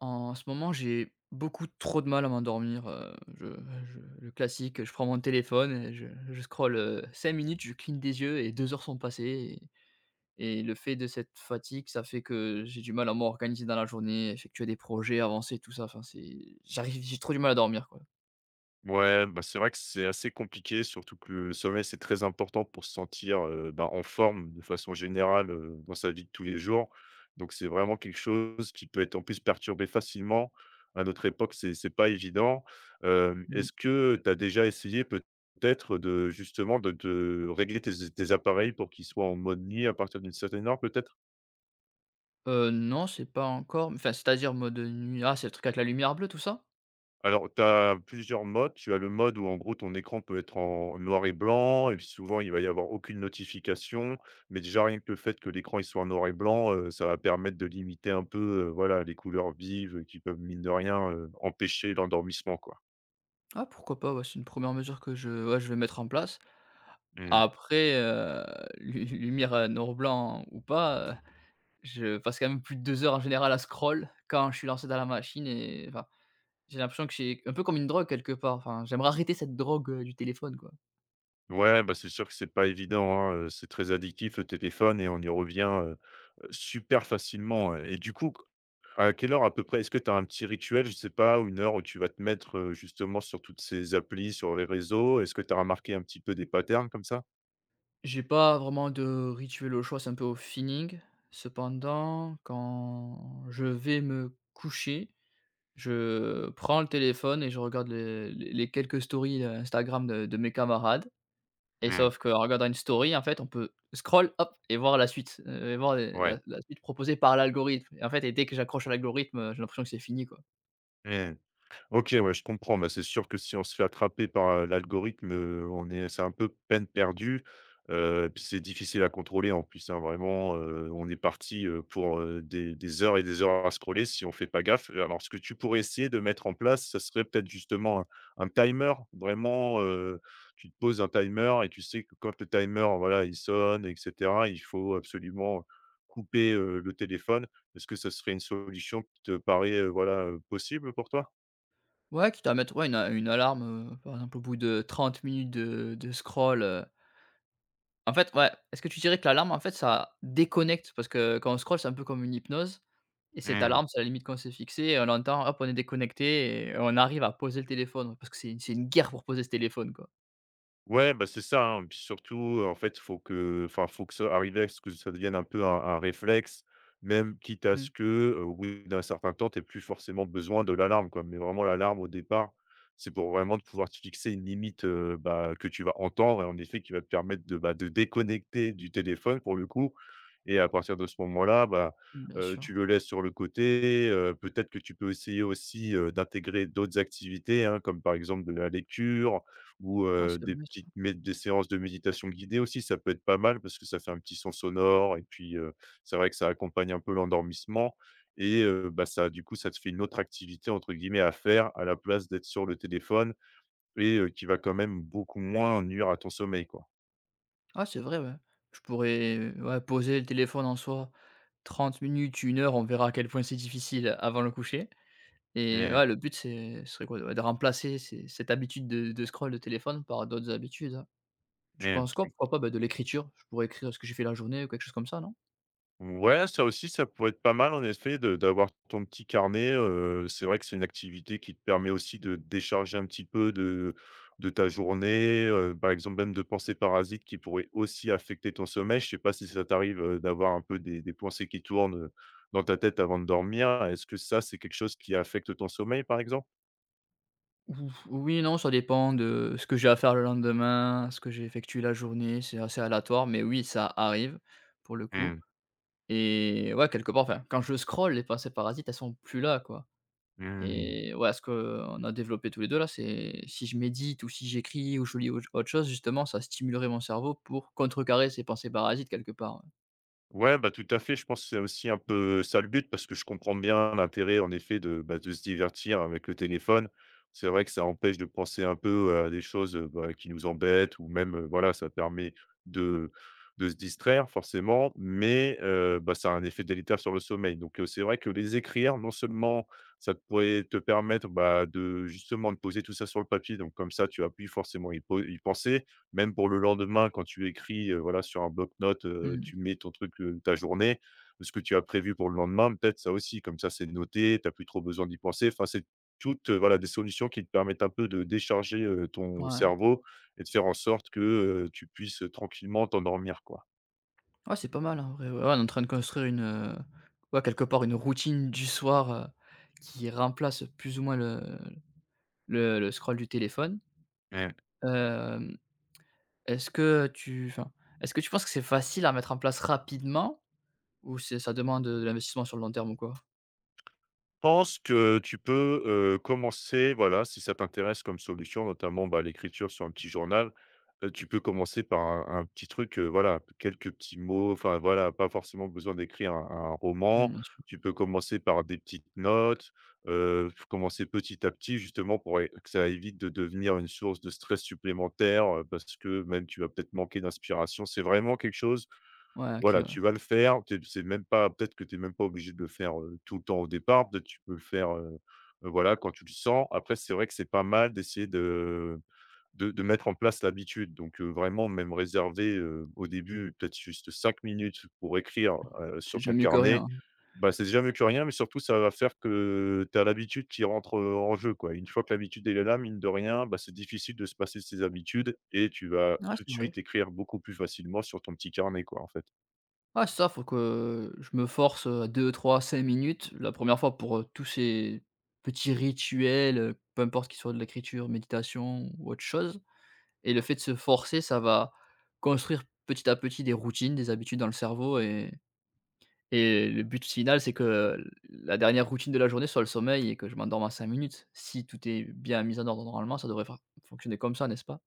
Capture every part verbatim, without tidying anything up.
En ce moment, j'ai beaucoup trop de mal à m'endormir, heu, je je le classique, je prends mon téléphone et je je scrolle, cinq minutes, je cligne des yeux et deux heures sont passées et et le fait de cette fatigue, ça fait que j'ai du mal à m'organiser dans la journée, effectuer des projets, avancer, tout ça, enfin, c'est j'arrive j'ai trop du mal à dormir, quoi. Ouais, bah, c'est vrai que c'est assez compliqué, surtout que le sommeil, c'est très important pour se sentir, heu, bah, en forme de façon générale, heu, dans sa vie de tous les jours. Donc c'est vraiment quelque chose qui peut être en plus perturbé facilement. À notre époque, c'est c'est pas évident. Hem, Mmh. Est-ce que tu as déjà essayé peut-être de justement de de régler tes tes appareils pour qu'ils soient en mode nuit à partir d'une certaine heure peut-être? Heu, non, c'est pas encore, enfin, c'est-à-dire mode nuit, ah, c'est le truc avec la lumière bleue, tout ça? Alors, tu as plusieurs modes. Tu as le mode où, en gros, ton écran peut être en noir et blanc, et puis souvent, il va y avoir aucune notification. Mais déjà, rien que le fait que l'écran il soit en noir et blanc, heu, ça va permettre de limiter un peu, heu, voilà, les couleurs vives, qui peuvent, mine de rien, heu, empêcher l'endormissement, quoi. Ah, pourquoi pas, ouais, c'est une première mesure que je ouais, je vais mettre en place. Mmh. Après, heu, lu lumière, heu, noir blanc ou pas. Je passe quand même plus de deux heures en général à scroll quand je suis lancé dans la machine et, enfin, j'ai l'impression que c'est un peu comme une drogue quelque part. Enfin, j'aimerais arrêter cette drogue, heu, du téléphone, quoi. Ouais, bah, c'est sûr que c'est pas évident, hein, heu, c'est très addictif le téléphone et on y revient, heu heu, super facilement, ouais et du coup à quelle heure à peu près? Est-ce que tu as un petit rituel, je sais pas, ou 1 heure où tu vas te mettre, heu, justement sur toutes ces applis, sur les réseaux? Est-ce que tu as remarqué un petit peu des patterns comme ça? J'ai pas vraiment de rituel au choix, c'est un peu au feeling. Cependant, quand je vais me coucher, je prends le téléphone et je regarde les les les quelques stories, heu, Instagram de de mes camarades. Et Mmh. sauf qu'en regardant une story, en fait, on peut scroll, hop, et voir la suite, heu, et voir les Ouais. la la suite proposée par l'algorithme, et en fait, et dès que j'accroche à l'algorithme, heu, j'ai l'impression que c'est fini, quoi. Mmh. OK, ouais, je comprends. Bah, c'est sûr que si on se fait attraper par, heu, l'algorithme, heu, on est c'est un peu peine perdue, heu, puis c'est difficile à contrôler en plus, hein, vraiment, heu, on est parti, heu, pour, heu, des des heures et des heures à scroller si on fait pas gaffe. Alors ce que tu pourrais essayer de mettre en place, ce serait peut-être justement un un timer vraiment, heu, tu te poses un timer et tu sais que quand le timer, voilà, il sonne et cetera, il faut absolument couper, heu, le téléphone. Est-ce que ce serait une solution qui te paraît, heu, voilà, heu, possible pour toi? Ouais, quitte à mettre, ouais, une a une alarme, heu, par exemple au bout de trente minutes de de scroll, heu. En fait, ouais, est-ce que tu dirais que l'alarme, en fait, ça déconnecte? Parce que quand on scroll, c'est un peu comme une hypnose, et cette Mmh. alarme, c'est la limite qu'on s'est fixée et on l'entend, hop, on est déconnecté et on arrive à poser le téléphone, parce que c'est une c'est une guerre pour poser ce téléphone, quoi. Ouais, bah, c'est ça, hein, puis surtout, en fait, faut que enfin, faut que ça arrive, à ce que ça devienne un peu un un réflexe, même quitte à Mmh. ce que, heu, au bout d'un certain temps, tu plus forcément besoin de l'alarme, quoi. Mais vraiment l'alarme au départ, c'est pour vraiment de pouvoir te fixer une limite, heu, bah, que tu vas entendre et en effet qui va te permettre de, bah, de déconnecter du téléphone pour le coup et à partir de ce moment-là, bah, Mmh, bien heu, sûr. tu le laisses sur le côté, heu, peut-être que tu peux essayer aussi, heu, d'intégrer d'autres activités, hein, comme par exemple de la lecture ou, Ah, heu, c'est des vrai ça. petites mé des séances de méditation guidée aussi, ça peut être pas mal parce que ça fait un petit son sonore et puis, heu, c'est vrai que ça accompagne un peu l'endormissement et heu, bah, ça du coup, ça te fait une autre activité entre guillemets «à faire» à la place d'être sur le téléphone et heu, qui va quand même beaucoup moins nuire à ton sommeil, quoi. Ah, c'est vrai, ouais. Je pourrais, euh, ouais, poser le téléphone en soi trente minutes, une heure, on verra à quel point c'est difficile avant le coucher. Et Mmh, ouais, le but, c'est ce serait quoi? Ouais, de remplacer ces cette habitude de de scroll de téléphone par d'autres habitudes, hein. Tu penses quoi, mmh. pourquoi pas, bah, de l'écriture? Je pourrais écrire ce que j'ai fait la journée ou quelque chose comme ça, non? Ouais, ça aussi, ça pourrait être pas mal en effet de d'avoir ton petit carnet, heu, c'est vrai que c'est une activité qui te permet aussi de te décharger un petit peu de de ta journée, heu, par exemple même de pensées parasites qui pourraient aussi affecter ton sommeil. Je sais pas si ça t'arrive, heu, d'avoir un peu des des pensées qui tournent, dans ta tête avant de dormir? Est-ce que ça, c'est quelque chose qui affecte ton sommeil, par exemple? Ou oui, non, ça dépend de ce que j'ai à faire le lendemain, ce que j'ai effectué la journée, c'est assez aléatoire, mais oui, ça arrive pour le coup. Mmh. Et ouais, quelque part, enfin, quand je scroll, les pensées parasites, elles sont plus là, quoi. Mmh. Et ouais, ce qu'on a développé tous les deux là, c'est si je médite ou si j'écris ou je lis au autre chose justement, ça stimulerait mon cerveau pour contrecarrer ces pensées parasites quelque part, ouais. Ouais, bah, tout à fait. Je pense que c'est aussi un peu ça le but parce que je comprends bien l'intérêt en effet de, bah, de se divertir avec le téléphone. C'est vrai que ça empêche de penser un peu à des choses, heu, bah, qui nous embêtent ou même, heu, voilà, ça permet de de se distraire forcément, mais heu, bah, ça a un effet délétère sur le sommeil. Donc heu, c'est vrai que les écrire, non seulement ça pourrait te permettre, bah, de justement de poser tout ça sur le papier, donc comme ça tu vas plus forcément y po y penser même pour le lendemain, quand tu écris, heu, voilà, sur un bloc-notes, heu, Mmh. tu mets ton truc, heu, ta journée, ce que tu as prévu pour le lendemain, peut-être ça aussi, comme ça, c'est noté, tu as plus trop besoin d'y penser. Enfin, c'est toutes, heu, voilà, des solutions qui te permettent un peu de décharger, heu, ton Ouais. cerveau et de faire en sorte que, heu, tu puisses, tranquillement t'endormir, quoi. Ouais, c'est pas mal, hein, en vrai, ouais, ouais, on est en train de construire une, heu, ouais, quelque part, une routine du soir, heu, qui remplace plus ou moins le le le scroll du téléphone. Ouais. Hem, est-ce que tu enfin, est-ce que tu penses que c'est facile à mettre en place rapidement ou c'est ça demande de l'investissement sur le long terme ou quoi? Pense que tu peux, heu, commencer, voilà, si ça t'intéresse comme solution, notamment, bah, l'écriture sur un petit journal, heu, tu peux commencer par un un petit truc, heu, voilà, quelques petits mots, enfin, voilà, pas forcément besoin d'écrire un un Mmh, roman. bien sûr. Tu peux commencer par des petites notes, heu, f commencer petit à petit justement pour é que ça évite de devenir une source de stress supplémentaire, heu, parce que même tu vas peut-être manquer d'inspiration. C'est vraiment quelque chose Ouais, OK, voilà, ouais. tu vas le faire, tu c'est même pas peut-être que tu es même pas obligé de le faire, heu, tout le temps au départ, peut-être tu peux le faire, heu, voilà, quand tu le sens. Après, c'est vrai que c'est pas mal d'essayer de de de mettre en place l'habitude, donc heu, vraiment même réserver, heu, au début, peut-être juste cinq minutes pour écrire, heu, C'est sur déjà ton mieux que carnet. rien. Bah, c'est déjà mieux que rien, mais surtout ça va faire que tu as l'habitude qui rentre, heu, en jeu, quoi. Une fois que l'habitude, elle est là, mine de rien, bah, c'est difficile de se passer de ces habitudes et tu vas Ouais, tout de c'est vrai. suite écrire beaucoup plus facilement sur ton petit carnet, quoi, en fait. Ah, c'est ça, faut que je me force, euh, à deux, trois, cinq minutes la première fois pour, heu, tous ces petits rituels, heu, peu importe qu'ils soient de l'écriture, méditation ou autre chose, et le fait de se forcer, ça va construire petit à petit des routines, des habitudes dans le cerveau. Et et le but final, c'est que la dernière routine de la journée soit le sommeil et que je m'endorme à cinq minutes. Si tout est bien mis en ordre normalement, ça devrait faire fonctionner comme ça, n'est-ce pas?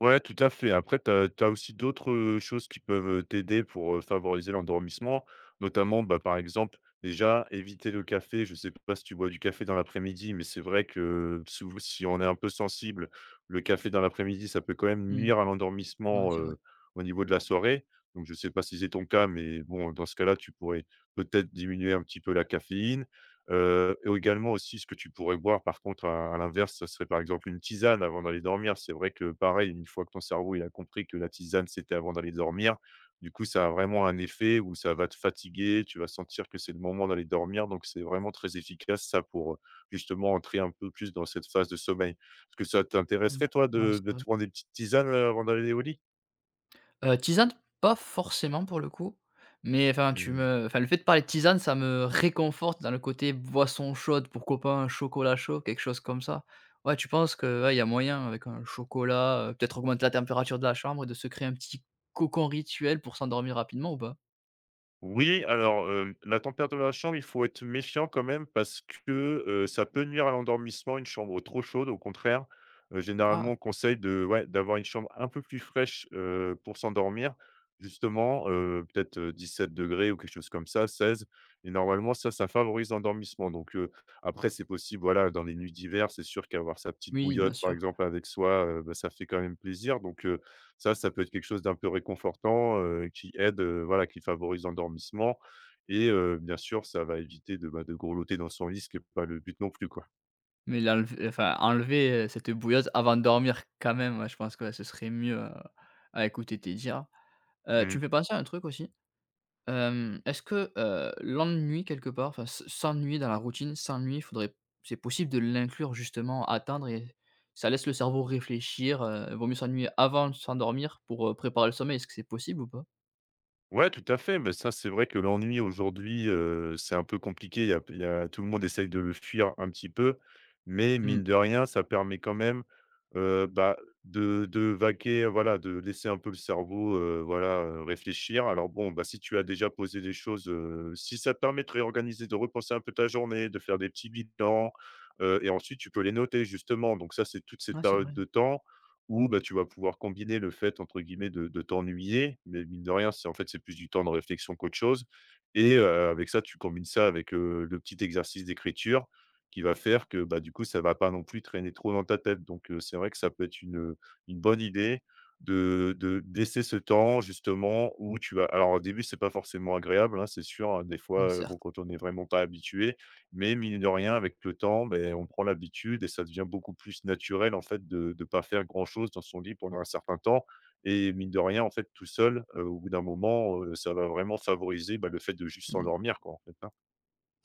Ouais, tout à fait. Après, tu as aussi d'autres, heu, choses qui peuvent, t'aider pour, heu, favoriser l'endormissement. Notamment, bah, par exemple, déjà éviter le café. Je ne sais pas si tu bois du café dans l'après-midi, mais c'est vrai que sou si on est un peu sensible, le café dans l'après-midi, ça peut quand même Mmh. nuire à Ouais, l'endormissement, c'est vrai. heu, au niveau de la soirée. Donc je ne sais pas si c'est ton cas, mais bon, dans ce cas-là, tu pourrais peut-être diminuer un petit peu la caféine. Heu, et également aussi ce que tu pourrais boire par contre à à l'inverse, ce serait par exemple une tisane avant d'aller dormir. C'est vrai que pareil, une fois que ton cerveau il a compris que la tisane c'était avant d'aller dormir, du coup ça a vraiment un effet où ça va te fatiguer, tu vas sentir que c'est le moment d'aller dormir, donc c'est vraiment très efficace ça pour, heu, justement entrer un peu plus dans cette phase de sommeil. Est-ce que ça Mmh. t'intéresserait toi Ouais, de de c'est te vrai. prendre des petites tisanes, heu, avant d'aller au lit? Heu, tisane, pas forcément pour le coup, mais enfin, tu Mmh. me enfin, le fait de parler de tisane, ça me réconforte dans le côté boisson chaude, pourquoi pas un chocolat chaud, quelque chose comme ça. Ouais, tu penses que, ouais, il y a moyen avec un chocolat, heu, peut-être augmenter la température de la chambre et de se créer un petit cocon rituel pour s'endormir rapidement ou pas? Oui, alors, heu, la température de la chambre, il faut être méfiant quand même parce que, heu, ça peut nuire à l'endormissement, une chambre trop chaude. Au contraire, heu, généralement, Ah, on conseille de ouais, d'avoir une chambre un peu plus fraîche, heu, pour s'endormir. Justement, heu, peut-être, heu, 17 degrés ou quelque chose comme ça, seize et normalement ça, ça favorise l'endormissement donc heu, après c'est possible, voilà, dans les nuits d'hiver, c'est sûr qu'avoir sa petite oui, bien bouillotte, par sûr, exemple, avec soi, heu, bah, ça fait quand même plaisir donc euh, ça, ça peut être quelque chose d'un peu réconfortant, heu, qui aide, heu, voilà, qui favorise l'endormissement et heu, bien sûr, ça va éviter de, bah, de grelotter dans son lit, ce qui est pas le but non plus, quoi. mais l'enlev enfin, enlever, heu, cette bouillotte avant de dormir quand même, ouais, je pense que, ouais, ce serait mieux à à écouter tes dires. Heu, tu Mmh. me fais penser à un truc aussi. Hem, est-ce que, heu, l'ennui quelque part, enfin, s s'ennuyer dans la routine, s'ennuyer, faudrait, c'est possible de l'inclure justement, atteindre, et ça laisse le cerveau réfléchir, heu, vaut mieux s'ennuyer avant de s'endormir pour, heu, préparer le sommeil, est-ce que c'est possible ou pas? Ouais, tout à fait. Mais ça, c'est vrai que l'ennui aujourd'hui, heu, c'est un peu compliqué. Il y a il y a tout le monde essaye de le fuir un petit peu, mais Mmh. mine de rien, ça permet quand même, heu, bah, de de vaquer, voilà, de laisser un peu le cerveau, heu, voilà, heu, réfléchir. Alors bon, bah, si tu as déjà posé des choses, heu, si ça te permet de réorganiser, de repenser un peu ta journée, de faire des petits bilans, heu et ensuite tu peux les noter justement. Donc ça, c'est toute cette Ouais, c'est période vrai, de temps ou bah, tu vas pouvoir combiner le fait entre guillemets de de «t'ennuyer», mais mine de rien, c'est en fait, c'est plus du temps de réflexion qu'autre chose et heu, avec ça, tu combines ça avec, heu, le petit exercice d'écriture qui va faire que, bah, du coup, ça va pas non plus traîner trop dans ta tête. Donc, heu, c'est vrai que ça peut être une, une bonne idée de de de laisser ce temps justement où tu vas alors au début, c'est pas forcément agréable, hein, c'est sûr, hein, des mmh, fois, heu, bon, certes. quand on n'est vraiment pas habitué mais mine de rien, avec le temps, ben on prend l'habitude et ça devient beaucoup plus naturel, en fait, de de pas faire grand-chose dans son lit pendant un certain temps et mine de rien, en fait, tout seul, heu, au bout d'un moment, heu, ça va vraiment favoriser, bah, le fait de juste Mmh. s'endormir, quoi, en fait,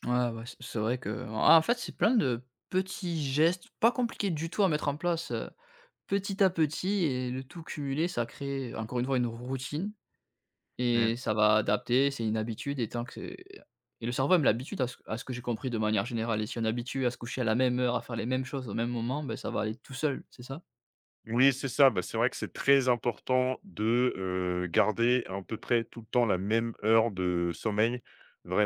Ouais, ouais, c c'est vrai que en en fait, c'est plein de petits gestes pas compliqués du tout à mettre en place, heu, petit à petit, et le tout cumulé, ça crée encore une fois une routine. hein. Et ça va adapter, c'est une habitude, et tant que c'est- et le cerveau aime l'habitude, à ce à ce que j'ai compris, de manière générale, et si on est habitué à se coucher à la même heure, à faire les mêmes choses au même moment, ben ça va aller tout seul, c'est ça? Oui, c'est ça. Bah, c'est vrai que c'est très important de, heu, garder à peu près tout le temps la même heure de sommeil.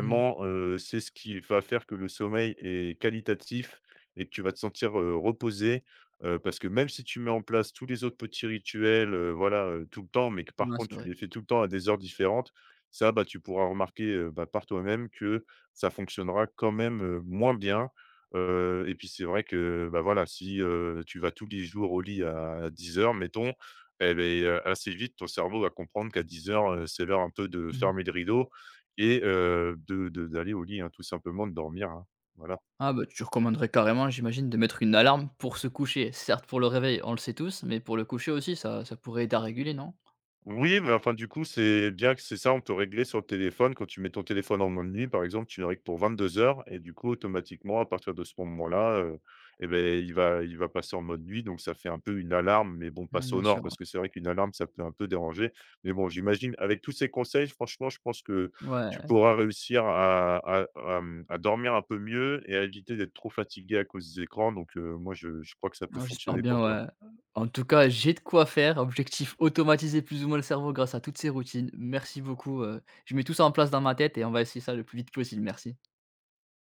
Mmh. heu, c'est ce qui va faire que le sommeil est qualitatif et que tu vas te sentir, heu, reposé, heu, parce que même si tu mets en place tous les autres petits rituels, heu, voilà, heu, tout le temps, mais que par Ouais, contre c'est tu vrai. les fais tout le temps à des heures différentes, ça, bah, tu pourras remarquer, heu, bah, par toi-même que ça fonctionnera quand même, heu, moins bien. Heu et puis c'est vrai que, bah, voilà, si, heu, tu vas tous les jours au lit à dix heures, mettons eh beh, heu, assez vite ton cerveau va comprendre qu'à dix heures, heu, c'est l'heure un peu de Mmh. fermer le rideau et heu, de de d'aller au lit, hein, tout simplement de dormir, hein. Voilà. Ah, bah, tu recommanderais carrément, j'imagine, de mettre une alarme pour se coucher. Certes pour le réveil, on le sait tous, mais pour le coucher aussi, ça ça pourrait aider à réguler, non? Oui, mais enfin, du coup, c'est bien que c'est ça, on peut régler sur le téléphone. Quand tu mets ton téléphone en mode nuit, par exemple, tu le règles pour vingt-deux heures et du coup, automatiquement, à partir de ce moment-là, heu et ben il va il va passer en mode nuit, donc ça fait un peu une alarme, mais bon, pas Mmh, bien sonore, sûr, parce ouais. que c'est vrai qu'une alarme, ça peut un peu déranger. Mais bon, j'imagine, avec tous ces conseils, franchement, je pense que tu Ouais. pourras réussir à à à, mmh, à dormir un peu mieux et à éviter d'être trop fatigué à cause des écrans, donc heu, moi, je je crois que ça peut Oh, j'espère fonctionner pour bien, toi. ouais. En tout cas, j'ai de quoi faire. Objectif, automatiser plus ou moins le cerveau grâce à toutes ces routines. Merci beaucoup, heu, je mets tout ça en place dans ma tête et on va essayer ça le plus vite possible. Merci.